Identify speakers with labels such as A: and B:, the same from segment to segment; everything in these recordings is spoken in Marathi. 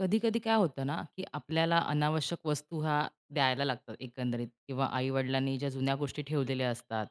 A: कधी कधी काय होतं ना, की आपल्याला अनावश्यक वस्तू ह्या द्यायला लागतात एकंदरीत किंवा आईवडिलांनी ज्या जुन्या गोष्टी ठेवलेल्या असतात,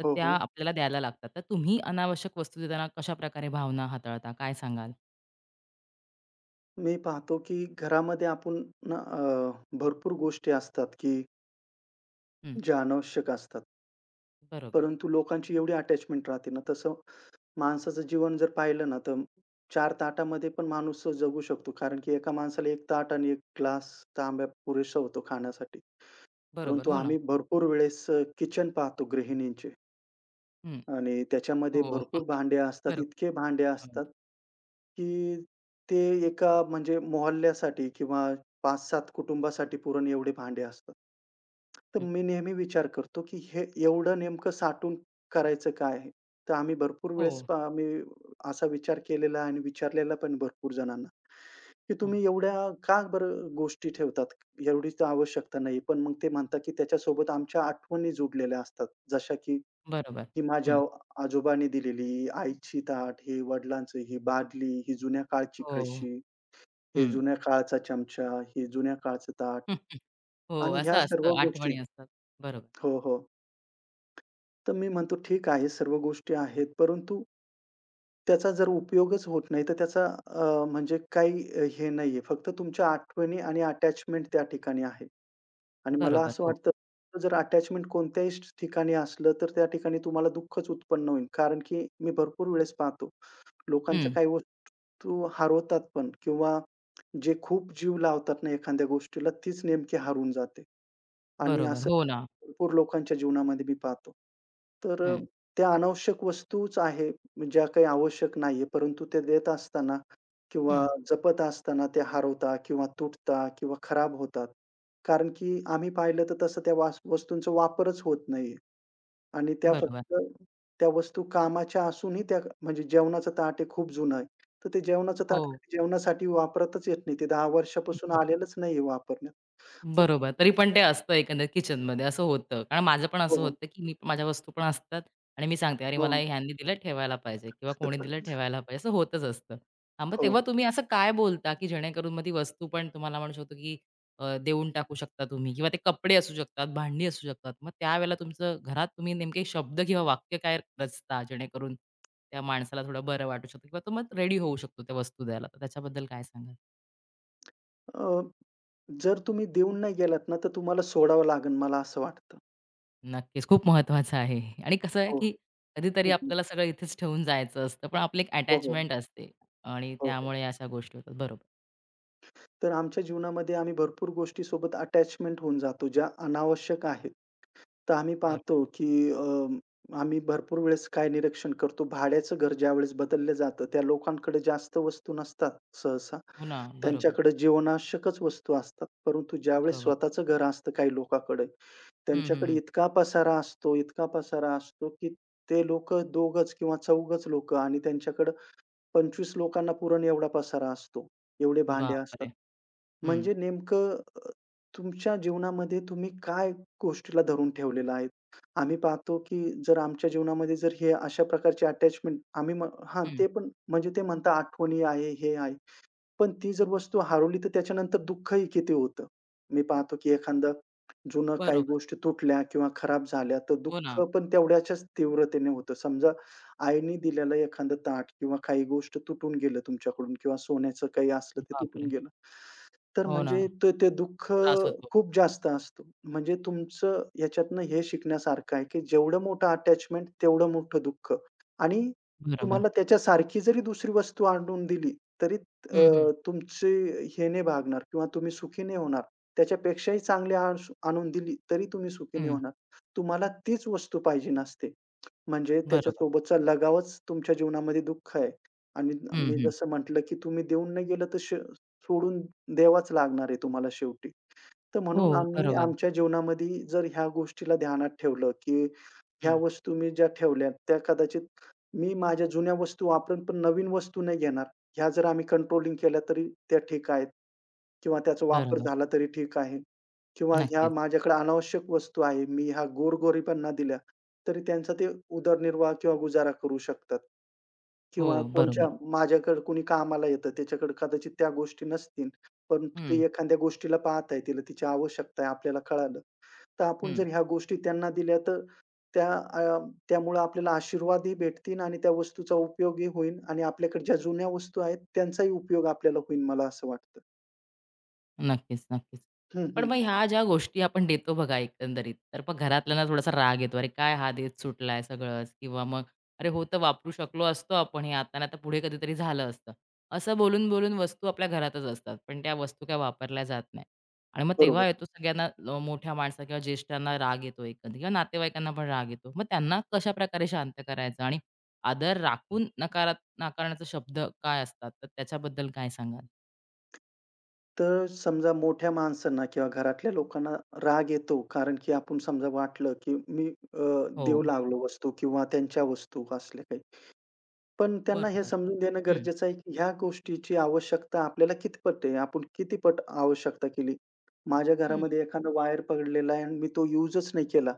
A: तर
B: हो,
A: त्या
B: हो.
A: आपल्याला द्यायला लागतात. तर तुम्ही अनावश्यक वस्तू देताना कशा प्रकारे भावना हाताळता? काय सांगाल?
B: मी पाहतो की घरामध्ये आपण ना भरपूर गोष्टी असतात की
A: हं.
B: ज्या अनावश्यक असतात.
A: बरोबर.
B: परंतु लोकांची एवढी अटॅचमेंट राहते ना, तसं माणसाचं जीवन जर पाहिलं ना, तर 4 ताटामध्ये पण माणूस जगू शकतो. कारण की एका माणसाला एक ताट आणि एक ग्लास तांब्या पुरेसा होतो खाण्यासाठी.
A: बरोबर.
B: परंतु
A: हो ना.
B: आम्ही भरपूर वेळेस किचन पाहतो गृहिणींचे.
A: हं.
B: आणि त्याच्यामध्ये
A: हो.
B: भरपूर भांडे असतात,
A: बरोबर.
B: इतके भांडे
A: हो.
B: असतात, की ते एका म्हणजे मोहल्ल्यासाठी किंवा 5-7 कुटुंबासाठी पुरण एवढे भांडे असतात. तर
A: हं.
B: मी नेहमी विचार करतो, की हे एवढं नेमकं साठवून करायचं काय आहे? तर आम्ही भरपूर
A: हो.
B: वेळेस पहा आम्ही असा विचार केलेला आणि विचारलेला पण भरपूर जणांना, की
A: हं.
B: तुम्ही एवढ्या का बरं गोष्टी ठेवतात? एवढीच आवश्यकता नाही. पण मग ते म्हणतात, की त्याच्यासोबत आमच्या आठवणी जुडलेल्या असतात. जशा की
A: बरोबर.
B: ही माझ्या
A: हं.
B: आजोबांनी दिलेली, आईची ताट, हे वडिलांचं, ही बादली, ही जुन्या काळची
A: हो.
B: कळशी, हे
A: हं.
B: जुन्या काळाचा चमचा, हे जुन्या काळचं ताट
A: हं. हो,
B: आणि
A: असं
B: ह्या सर्व
A: असतं,
B: गोष्टी.
A: आठवणी असतात. बरोबर.
B: हो, हो. तर मी म्हणतो ठीक आहे सर्व गोष्टी आहेत, परंतु त्याचा जर उपयोगच होत नाही, तर त्याचा म्हणजे काही हे नाहीये. फक्त तुमच्या आठवणी आणि अटॅचमेंट त्या ठिकाणी आहे. आणि मला
A: बरोबर.
B: असं
A: हो.
B: वाटतं जर अटॅचमेंट कोणत्याही ठिकाणी असलं, तर त्या ठिकाणी तुम्हाला दुःखच उत्पन्न होईल. कारण की मी भरपूर वेळेस पाहतो, लोकांच्या
A: हं.
B: काही वस्तू हरवतात पण किंवा जे खूप जीव लावतात ना एखाद्या गोष्टीला, तीच नेमकी हरवून जाते आणि
A: बरोबर.
B: असं
A: हो ना.
B: भरपूर लोकांच्या जीवनामध्ये मी पाहतो.
A: हं.
B: हं. त्या अनावश्यक वस्तूच आहे, ज्या काही आवश्यक नाहीये, परंतु ते देत असताना हं. किंवा
A: हं.
B: जपत असताना त्या हरवतात किंवा तुटतात किंवा खराब होतात. कारण की आम्ही पाहिलं तर तसं त्या वस्तूंचा वापरच होत नाहीये आणि त्या
A: बरोबर.
B: फक्त त्या वस्तू कामाच्या असूनही त्या म्हणजे जेवणाचं ताट हे खूप जुनं आहे. तर ते जेवणाचं
A: हो.
B: ताट कधी जेवणासाठी वापरातच येत नाही. ते 10 वर्षापासून आलेलंच नाहीये वापरण्यात. हो,
A: बरोबर. तरी पण ते असतं एकंदरीत, किचनमध्ये असं होतं. कारण माझं पण असं
B: हो.
A: होतं, की मी माझ्या वस्तू पण असतात आणि मी सांगते, "अरे, मला
B: हो.
A: हे ह्यांनी दिलं ठेवायला पाहिजे किंवा कोणी दिलं ठेवायला पाहिजे." असं होतच असतं. हां, मग
B: हो.
A: तेव्हा तुम्ही असं काय बोलता, की जेणेकरून मग ती वस्तू पण तुम्हाला म्हणू शकतो, की देऊन टाकू शकता तुम्ही किंवा ते कपडे असू शकतात, भांडी असू शकतात. मग त्यावेळेला तुमचं घरात तुम्ही नेमके शब्द किंवा वाक्य काय रचता, जेणेकरून त्या माणसाला थोडं बरं वाटू शकतं किंवा तो मग रेडी होऊ शकतो त्या वस्तू द्यायला? तर त्याच्याबद्दल काय?
B: अ जर तुम्ही देऊन नाही गेलात ना, तर तुम्हाला सोडावं लागेल मला असं वाटतं.
A: नक्कीच. खूप महत्वाचं आहे आणि कसं आहे,
B: हो, हो.
A: की कधीतरी
B: हं, हं.
A: आपल्याला सगळं इथेच ठेवून जायचं असतं, पण आपली एक
B: हो, हो.
A: अटॅचमेंट असते आणि
B: हो, हो.
A: त्यामुळे अशा गोष्टी होतात. बरोबर.
B: तर आमच्या जीवनामध्ये आम्ही भरपूर गोष्टीसोबत अटॅचमेंट होऊन जातो, ज्या अनावश्यक आहेत. तर आम्ही
A: बरोबर.
B: पाहतो, की आम्ही भरपूर वेळेस काय निरीक्षण करतो, भाड्याचं घर ज्यावेळेस बदललं जातं, त्या लोकांकडे जास्त वस्तू नसतात सहसा.
A: हो ना, बरोबर.
B: त्यांच्याकडे जीवनावश्यकच वस्तू असतात. परंतु ज्यावेळेस
A: बरोबर.
B: स्वतःचं घर असतं काही लोकांकडे
A: हं, हं,
B: त्यांच्याकडे
A: हं.
B: इतका पसारा असतो, इतका पसारा असतो, की ते लोकं 2घच किंवा 4घच लोक आणि त्यांच्याकडं 25 लोकांना पुरण एवढा पसारा असतो. एवढे भांडे असतात.
A: बापरे! हं,
B: म्हणजे नेमकं अ, तुमच्या जीवनामध्ये तुम्ही काय गोष्टीला धरून ठेवलेला आहे? आम्ही पाहतो, की जर आमच्या जीवनामध्ये जर हे अशा प्रकारचे अटॅचमेंट आम्ही हां,
A: हं.
B: ते पण म्हणजे ते म्हणतात आठवणी आहे, हे आहे. पण ती जर वस्तू हरवली, तर त्याच्यानंतर दुःखही किती होतं. मी पाहतो, की एखादं जुनं काही
A: बरोबर.
B: गोष्टी तुटल्या किंवा खराब झाल्या, तर
A: हो
B: दुःख
A: ना.
B: पण तेवढ्याच्याच तीव्रतेने होतं. समजा आईने दिलेलं एखादं ताट किंवा काही गोष्ट तुटून गेलं तुमच्याकडून किंवा सोन्याचं काही असलं ते तुटून
A: बापरे!
B: गेलं. तर
A: हो ना.
B: म्हणजे
A: खूप
B: ते ते दुःख
A: त्रास होतो.
B: खूप जास्त असतं. म्हणजे तुमचं याच्यातनं हे शिकण्यासारखं आहे, की जेवढं मोठं अटॅचमेंट तेवढं मोठं दुःख आणि
A: बरोबर.
B: तुम्हाला त्याच्यासारखी जरी दुसरी वस्तू आणून दिली, तरी
A: हं, हं,
B: तुमचे हे नाही भागणार किंवा तुम्ही सुखी नाही होणार. त्याच्यापेक्षाही चांगली आणून दिली, तरी तुम्ही सुखी नाही
A: हं.
B: होणार. तुम्हाला तीच वस्तू पाहिजेन असते. म्हणजे
A: बरोबर.
B: त्याच्यासोबतचा लगावच तुमच्या जीवनामध्ये दुःख आहे आणि
A: हं,
B: मी
A: हं.
B: जसं म्हटलं, की तुम्ही देऊन नाही गेलं तर सोडून द्यावाच लागणार आहे तुम्हाला शेवटी. तर
A: हो,
B: म्हणून आम्ही
A: बरोबर.
B: आमच्या जीवनामध्ये जर ह्या गोष्टीला ध्यानात ठेवलं, की ह्या
A: हं,
B: वस्तू मी ज्या ठेवल्यात, त्या कदाचित मी माझ्या जुन्या वस्तू वापरेन, पण नवीन वस्तू नाही घेणार. ह्या जर आम्ही कंट्रोलिंग केल्या तरी त्या ठीक आहेत किंवा त्याचा वापर
A: बरोबर.
B: झाला तरी ठीक आहे किंवा ह्या
A: नक्कीच.
B: माझ्याकडे अनावश्यक वस्तू आहे. मी ह्या गोरगरिबांना दिल्या, तरी त्यांचा ते उदरनिर्वाह किंवा गुजारा करू शकतात.
A: हो,
B: किंवा
A: बरोबर.
B: कोणच्या माझ्याकडे कोणी कामाला येतं, त्याच्याकडे कदाचित त्या गोष्टी नसतील. पण
A: हं,
B: ते एखाद्या गोष्टीला पाहत आहे, तिला तिची आवश्यकता आहे, आपल्याला कळालं. तर आपण
A: हं.
B: जर ह्या गोष्टी त्यांना दिल्या तर त्या अ, त्यामुळे आपल्याला आशीर्वादही भेटतील आणि त्या वस्तूचा उपयोगही होईल आणि आपल्याकडे ज्या जुन्या वस्तू आहेत, त्यांचाही उपयोग आपल्याला होईल, मला असं वाटतं.
A: नक्कीच, नक्कीच.
B: हं,
A: पण
B: हं.
A: मग ह्या ज्या गोष्टी आपण देतो बघा एकंदरीत, तर मग घरातल्यांना थोडासा राग येतो. "अरे काय हा देत सुटलाय सगळंच" किंवा मग "अरे हो, तर वापरू शकलो असतो आपण हे आता, नाही तर पुढे कधीतरी झालं असतं." असं बोलून-बोलून वस्तू आपल्या घरातच असतात, पण त्या वस्तू काय वापरल्या जात नाही. आणि मग तेव्हा
B: बरोबर.
A: येतो सगळ्यांना, मोठ्या माणसा किंवा ज्येष्ठांना राग येतो एकंदरीत किंवा नातेवाईकांना पण राग येतो. मग त्यांना कशाप्रकारे शांत करायचं आणि आदर राखून नाकारण्याचा शब्द काय असतात? तर त्याच्याबद्दल काय सांगाल?
B: तर समजा मोठ्या माणसांना किंवा घरातल्या लोकांना राग येतो, कारण की आपण समजा वाटलं, की मी
A: हो,
B: देऊ लागलो वस्तू किंवा त्यांच्या वस्तू असल्या काही. पण त्यांना हे
A: बरोबर.
B: समजून देणं गरजेचं आहे, की ह्या गोष्टीची आवश्यकता आपल्याला कितपत आहे? आपण किती पट आवश्यकता केली? माझ्या
A: हं.
B: घरामध्ये एखादा वायर पडलेला आहे आणि मी तो युजच नाही केला,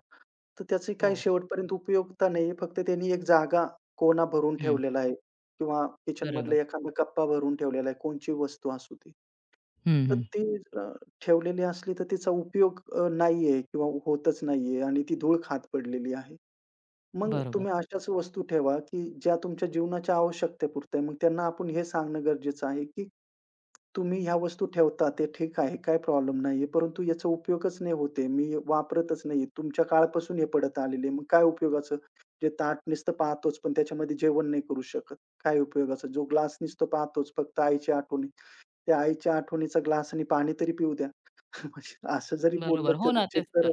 B: तर त्याची काही
A: हो.
B: शेवटपर्यंत उपयोगिता नाही आहे. फक्त त्यांनी एक जागा कोना भरून
A: हं.
B: ठेवलेला आहे किंवा किचनमधला
A: बरोबर.
B: एखादा कप्पा भरून ठेवलेला आहे, कोणची वस्तू असू ती.
A: हं.
B: तर
A: हं.
B: ती ठेवलेली असली तर तिचा उपयोग नाहीये किंवा होतच नाहीये आणि ती धूळ खात पडलेली आहे. मग
A: बरोबर.
B: तुम्ही अशाच वस्तू ठेवा, की ज्या तुमच्या जीवनाच्या आवश्यकतेपुरत्या आहे. मग त्यांना आपण हे सांगणं गरजेचं आहे, की तुम्ही ह्या वस्तू ठेवता ते ठीक आहे, काही प्रॉब्लेम नाहीये. परंतु याचा उपयोगच नाही होत आहे. मी वापरतच नाहीये. तुमच्या काळापासून हे पडत आलेलं मग काय उपयोगाचं? जे ताट नुसतं पाहतोच, पण त्याच्यामध्ये जेवण नाही करू शकत. काय उपयोगाचं? जो ग्लास नुसतं पाहतोच, फक्त आईची आठवणी. त्या आईच्या आठवणीचा ग्लासाने पाणी तरी पिऊ द्या. म्हणजे असं जरी बोललं
A: बरोबर. हो ना,
B: कदाचित
A: तेच तर.
B: तर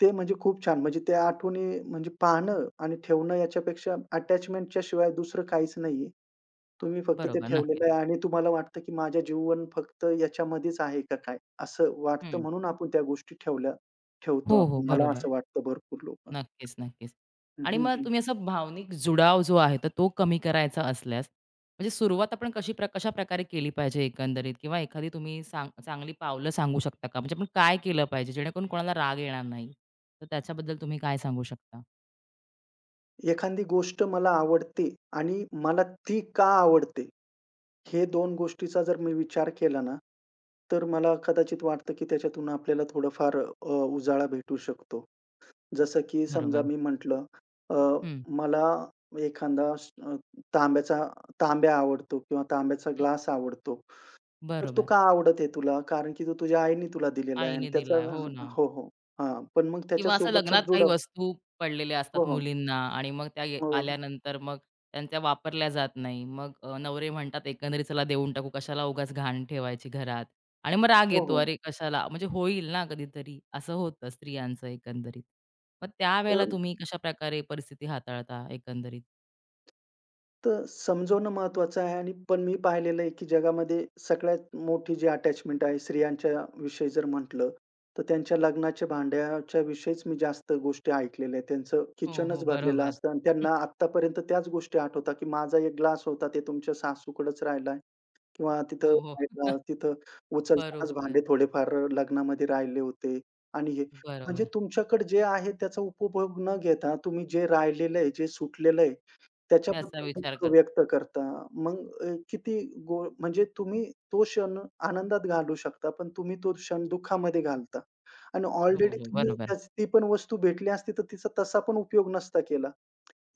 B: ते म्हणजे खूप छान. म्हणजे त्या आठवणी म्हणजे पाहणं आणि ठेवणं याच्यापेक्षा अटॅचमेंटच्या शिवाय दुसरं काहीच नाहीये. तुम्ही फक्त ते
A: बरोबर, नक्कीच.
B: ठेवलेलं आहे आणि तुम्हाला वाटतं, की माझ्या जीवन फक्त याच्यामध्येच आहे का काय? असं वाटतं
A: हं.
B: म्हणून आपण त्या गोष्टी ठेवल्या ठेवतो
A: हो. हो.
B: आपण. मला
A: बरोबर.
B: असं वाटतं भरपूर लोकं.
A: नक्कीच, नक्कीच.
B: हं,
A: आणि मग
B: हं.
A: तुम्ही असा भावनिक जुडाव जो आहे, तर तो कमी करायचा असल्यास, म्हणजे सुरुवात आपण कशी कशाप्रकारे केली पाहिजे एकंदरीत? किंवा एखादी तुम्ही चांगली पावलं सांगू शकता का? म्हणजे आपण काय केलं पाहिजे, जेणेकरून कोणाला राग येणार नाही? तर त्याच्याबद्दल तुम्ही काय सांगू शकता?
B: एखादी गोष्ट मला आवडते आणि मला ती का आवडते? हे 2 गोष्टीचा जर मी विचार केला ना, तर मला कदाचित वाटतं, की त्याच्यातून आपल्याला थोडंफार उजाळा भेटू शकतो. जसं की समजा
A: बरोबर.
B: मी म्हटलं अ,
A: हं,
B: मला एखादा अ, तांब्याचा तांब्या आवडतो किंवा तांब्याचा ग्लास आवडतो. तर तो
A: बरोबर.
B: का आवडत आहे तुला? कारण की तो तुझ्या आईने तुला दिलेला आहे आणि
A: आईने
B: त्याचा
A: दिलाय. हो ना.
B: हो, हो. हां, पण मग
A: किंवा असं
B: त्याच्यासोबतचा
A: लग्नात काही
B: जुडव.
A: वस्तू पडलेल्या
B: हो,
A: असतात
B: हो.
A: मुलींना आणि मग त्या
B: हो, हो.
A: आल्यानंतर मग त्यांच्या वापरल्या जात नाही. मग नवरे म्हणतात एकंदरीत, चला देऊन टाकू, कशाला उगाच घाण ठेवायची घरात. आणि मग राग
B: हो,
A: येतो,
B: हो.
A: अरे कशाला, म्हणजे होईल ना कधीतरी, असं होतं स्त्रियांचं एकंदरीत. मग त्यावेळेला तुम्ही कशाप्रकारे परिस्थिती हाताळता एकंदरीत?
B: तर समजवणं महत्त्वाचं आहे आणि पण मी पाहिलेलं आहे, की जगामध्ये सगळ्यात मोठी जी अटॅचमेंट आहे स्त्रियांच्या विषयी जर म्हटलं, तर त्यांच्या लग्नाच्या भांड्याच्या विषयीच मी जास्त गोष्टी ऐकलेल्या आहेत. त्यांचं
A: हो, हो.
B: किचनच भरलेलं
A: बरोबर.
B: असतं आणि त्यांना आत्तापर्यंत त्याच गोष्टी आठवतात, की माझा एक ग्लास होता ते तुमच्या सासूकडेच राहिला किंवा तिथं
A: हो, हो.
B: राहिला, तिथं उचलतानाच
A: बरोबर,
B: भांडे थोडेफार लग्नामध्ये राहिले होते आणि हे. म्हणजे
A: बरोबर.
B: तुमच्याकडे जे आहे त्याचा उपभोग न घेता तुम्ही जे राहिलेलं आहे, जे सुटलेलं आहे
A: त्याचा
B: त्याच्याबद्दल
A: विचार
B: दुःख
A: करतो.
B: व्यक्त करता. मग अ, किती गो म्हणजे तुम्ही तो क्षण आनंदात घालवू शकता, पण तुम्ही तो क्षण दुःखामध्ये घालता. आणि
A: हो,
B: ऑलरेडी
A: हो.
B: तुम्ही
A: बरोबर.
B: त्याच ती पण वस्तू भेटली असती, तर तिचा तसा पण उपयोग नसता केला.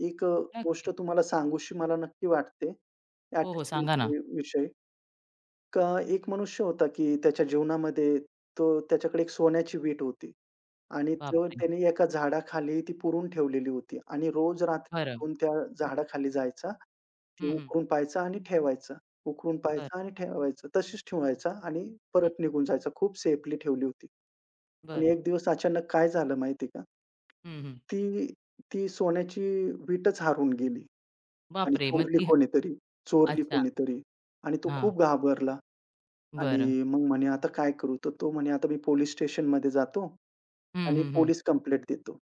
B: एक गोष्ट
A: नक्कीच.
B: तुम्हाला सांगूशी मला नक्की वाटते,
A: हो, हो. सांगा ना.
B: अटॅचमेंटच्या विषयी. का एक मनुष्य होता, की त्याच्या जीवनामध्ये तो त्याच्याकडे एक सोन्याची वीट होती. आणि तो
A: बापरे!
B: त्याने एका झाडाखाली ती पुरून ठेवलेली होती आणि रोज रात्री
A: बरं.
B: उठून त्या झाडाखाली जायचा. ते
A: हं, हं.
B: उकरून पाहायचा आणि ठेवायचा. उकरून
A: बरं.
B: पाहायचा आणि ठेवायचा. तशीच ठेवायचा आणि
A: हं,
B: परत निघून जायचा. खूप सेफली ठेवली होती. पण
A: बरं.
B: एक दिवस अचानक काय झालं माहिती आहे का?
A: हं, हं.
B: ती ती सोन्याची वीटच हरवून गेली आणि
A: बापरे! मग
B: चोरली
A: ती
B: कोणीतरी, चोरली
A: अच्छा.
B: कोणीतरी आणि तो
A: हां,
B: खूप घाबरला आणि
A: बरं.
B: मग म्हणे, "आता काय करू?" तर तो म्हणे, "आता मी पोलिस स्टेशनमध्ये जातो
A: हं,
B: आणि
A: हं, हं.
B: पोलिस कंप्लेंट देतो."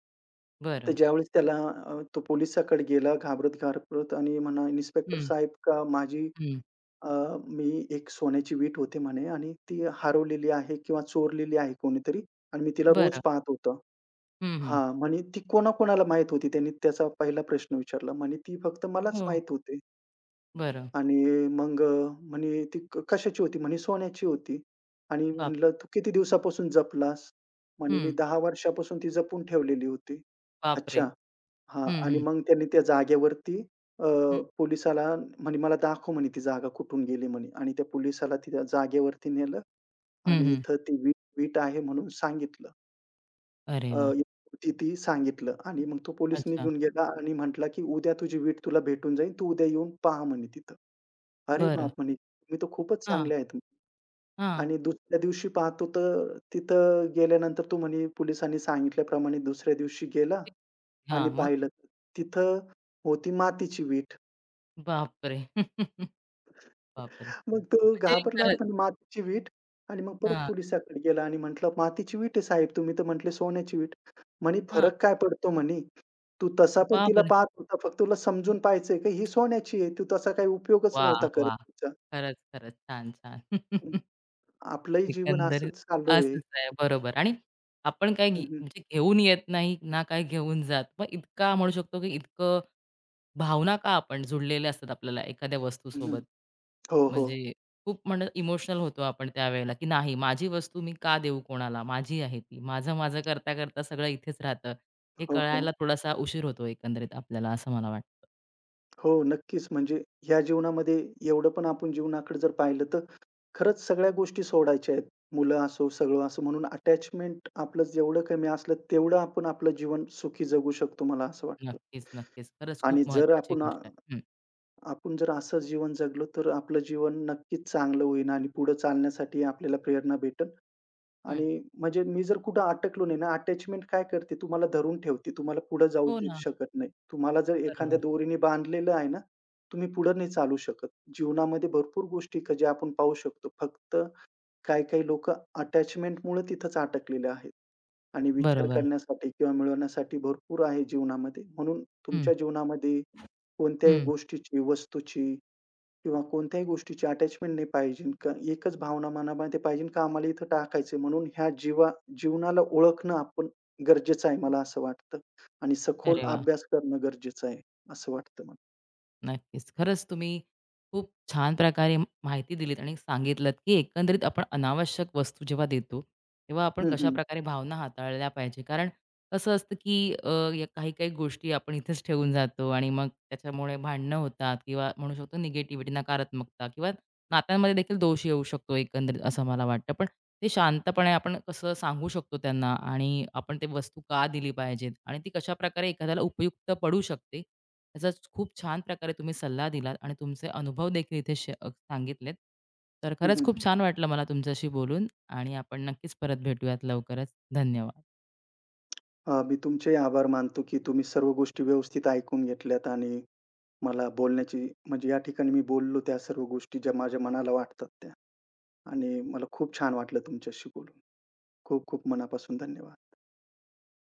B: तर
A: बरं.
B: ज्यावेळेस त्याला तो पोलिसाकडे गेला घाबरत-घाबरत आणि म्हणा, "इन्स्पेक्टर
A: हं,
B: साहेब का माझी
A: हं.
B: मी एक सोन्याची वीट होती म्हणे आणि ती हरवलेली आहे किंवा चोरलेली आहे कोणीतरी आणि मी तिला रोज
A: बरं.
B: पाहत होतो.
A: हं, हं.
B: हां, म्हणे ती कोणाकोणाला माहीत होती? त्यांनी त्याचा पहिला प्रश्न विचारला. म्हणे ती फक्त मलाच
A: हो,
B: माहीत होती
A: बरं.
B: आणि मग म्हणे ती कशाची होती? म्हणे सोन्याची होती आणि
A: बाप
B: म्हणलं, "तू किती दिवसापासून जपलास?" म्हणे, "मी
A: हं.
B: 10 वर्षापासून ती जपून ठेवलेली होती."
A: बापरे!
B: "अच्छा." हां.
A: हं,
B: आणि
A: हं.
B: मग त्यांनी त्या जागेवरती अ,
A: हं,
B: पोलिसाला म्हणे, "मला दाखव" म्हणे, "ती जागा कुठून गेली" म्हणे. आणि त्या पोलिसाला त्या जागेवरती नेलं
A: हं,
B: आणि
A: हं.
B: इथं ती वीट वीट आहे म्हणून सांगितलं.
A: अरे
B: अ,
A: वाह!
B: होती ती सांगितलं आणि मग तो पोलीस
A: अच्छा.
B: निघून गेला आणि म्हटला, की "उद्या तुझी वीट तुला भेटून जाईल. तू उद्या येऊन पहा" म्हणे तिथं. "अरे
A: बरं.
B: बाप!" म्हणे, "तुम्ही तर खूपच
A: हां,
B: चांगले आहेत."
A: हां,
B: आणि दुसऱ्या दिवशी पाहतो तर तिथं गेल्यानंतर तो म्हणे पोलिसांनी सांगितल्याप्रमाणे दुसऱ्या दिवशी गेला आणि
A: हां. मग?
B: पाहिलं तर तिथं होती मातीची वीट.
A: बापरे! बापरे!
B: मग तो
A: म्हणजे
B: घाबरला, "अरे,
A: खरंच.
B: पण मातीची वीट?" आणि मग परत
A: हां,
B: पोलिसाकडे गेला आणि म्हटलं, "मातीची वीट आहे साहेब, तुम्ही तर म्हटले सोन्याची वीट." म्हणे,
A: हां.
B: "फरक काय पडतो?" म्हणे, "तू तसा पण तिला
A: बापरे!
B: पाहत होता, फक्त तुला समजून पाहायचंय की ही सोन्याची आहे. तू तसा काही उपयोगच
A: वाह!
B: नव्हता करत
A: वाह!
B: तिचा."
A: खरंच, खरंच. छान, छान.
B: हं, आपलंही जीवन
A: एकंदरीत
B: असंच चालू आहे.
A: असंच आहे. बरोबर. आणि आपण काय
B: हं, हं.
A: म्हणजे घेऊन येत नाही ना, काय घेऊन जात. मग इतका म्हणू शकतो, की इतकं भावना का आपण जुळलेल्या असतात आपल्याला एखाद्या
B: हं,
A: वस्तूसोबत.
B: हं. हो, हो.
A: म्हणजे खूप इमोशनल होतो आपण त्यावेळेला, की नाही, माझी वस्तू मी का देऊ कोणाला? माझी आहे ती. माझं, माझं करता, करता सगळं इथेच राहतं. हे
B: हो, हो.
A: कळायला थोडासा उशीर होतो एकंदरीत आपल्याला, असं मला वाटतं.
B: हो, नक्कीच. म्हणजे ह्या जीवनामध्ये एवढं पण आपण जीवनाकडे जर पाहिलं, तर खरंच सगळ्या गोष्टी सोडायच्या आहेत. मुलं असो, सगळं असो. म्हणून अटॅचमेंट आपलं जेवढं कमी असलं, तेवढं आपण आपलं जीवन सुखी जगू शकतो, मला असं वाटतं.
A: नक्कीच, नक्कीच. खरंच खूप
B: आणि जर
A: महत्त्वाची गोष्ट आहे. हं,
B: आपण जर असं जीवन जगलो, तर आपलं जीवन नक्कीच चांगलं होईल आणि पुढे चालण्यासाठी आपल्याला प्रेरणा भेटेल.
A: हं.
B: आणि म्हणजे मी जर कुठं अटकलो नाही ना, अटॅचमेंट काय करते तुम्हाला धरून ठेवते. तुम्हाला पुढे जाऊ
A: हो
B: देऊ
A: ना.
B: शकत नाही. तुम्हाला जर एखाद्या
A: बरोबर,
B: दोरीने बांधलेलं आहे ना, तुम्ही पुढे नाही चालू शकत. जीवनामध्ये भरपूर गोष्टी का ज्या आपण पाहू शकतो. फक्त काही-काही लोकं अटॅचमेंटमुळे तिथंच अटकलेले आहेत. आणि विचार
A: बरोबर.
B: करण्यासाठी किंवा मिळवण्यासाठी भरपूर आहे जीवनामध्ये. म्हणून
A: हं,
B: तुमच्या जीवनामध्ये कोणत्याही
A: हं.
B: गोष्टीची, वस्तूची किंवा कोणत्याही गोष्टीची अटॅचमेंट नाही पाहिजे. एकच भावना मनामध्ये पाहिजे का आम्हाला इथं टाकायचंय म्हणून ह्या जीवनाला ओळखणं आपण गरजेचं आहे मला असं वाटतं आणि सखोल
A: अरे वाह!
B: अभ्यास करणं गरजेचं आहे, असं वाटतं मला.
A: नक्कीच. खरंच तुम्ही खूप छान प्रकारे माहिती दिलीत आणि सांगितलत, की एकंदरीत आपण अनावश्यक वस्तू जेव्हा देतो, तेव्हा आपण
B: हं, हं.
A: कशाप्रकारे भावना हाताळल्या पाहिजे. कारण कसं असतं, की या काही-काही गोष्टी आपण इथेच ठेवून जातो आणि मग त्याच्यामुळे भांडणं होतात किंवा म्हणू शकतो निगेटिव्हिटी, नकारात्मकता किंवा नात्यांमध्ये देखील दोष येऊ शकतो एकंदरीत, असं मला वाटतं. पण ते शांतपणे आपण कसं सांगू शकतो त्यांना आणि आपण ते वस्तू का दिली पाहिजेत आणि ती कशाप्रकारे एखाद्याला उपयुक्त पडू शकते, याचाच खूप छान प्रकारे तुम्ही सल्ला दिलात आणि तुमचे अनुभव देखील इथे सांगितलेत. तर
B: हं,
A: खरंच
B: हं.
A: खूप छान वाटलं मला तुमच्याशी बोलून आणि आपण नक्कीच परत भेटूयात लवकरच. धन्यवाद.
B: मी तुमचेही आभार मानतो, की तुम्ही सर्व गोष्टी व्यवस्थित ऐकून घेतल्यात आणि मला बोलण्याची म्हणजे या ठिकाणी मी बोललो त्या सर्व गोष्टी ज्या माझ्या मनाला वाटतात त्या आणि मला खूप छान वाटलं तुमच्याशी बोलून. खूप खूप मनापासून धन्यवाद.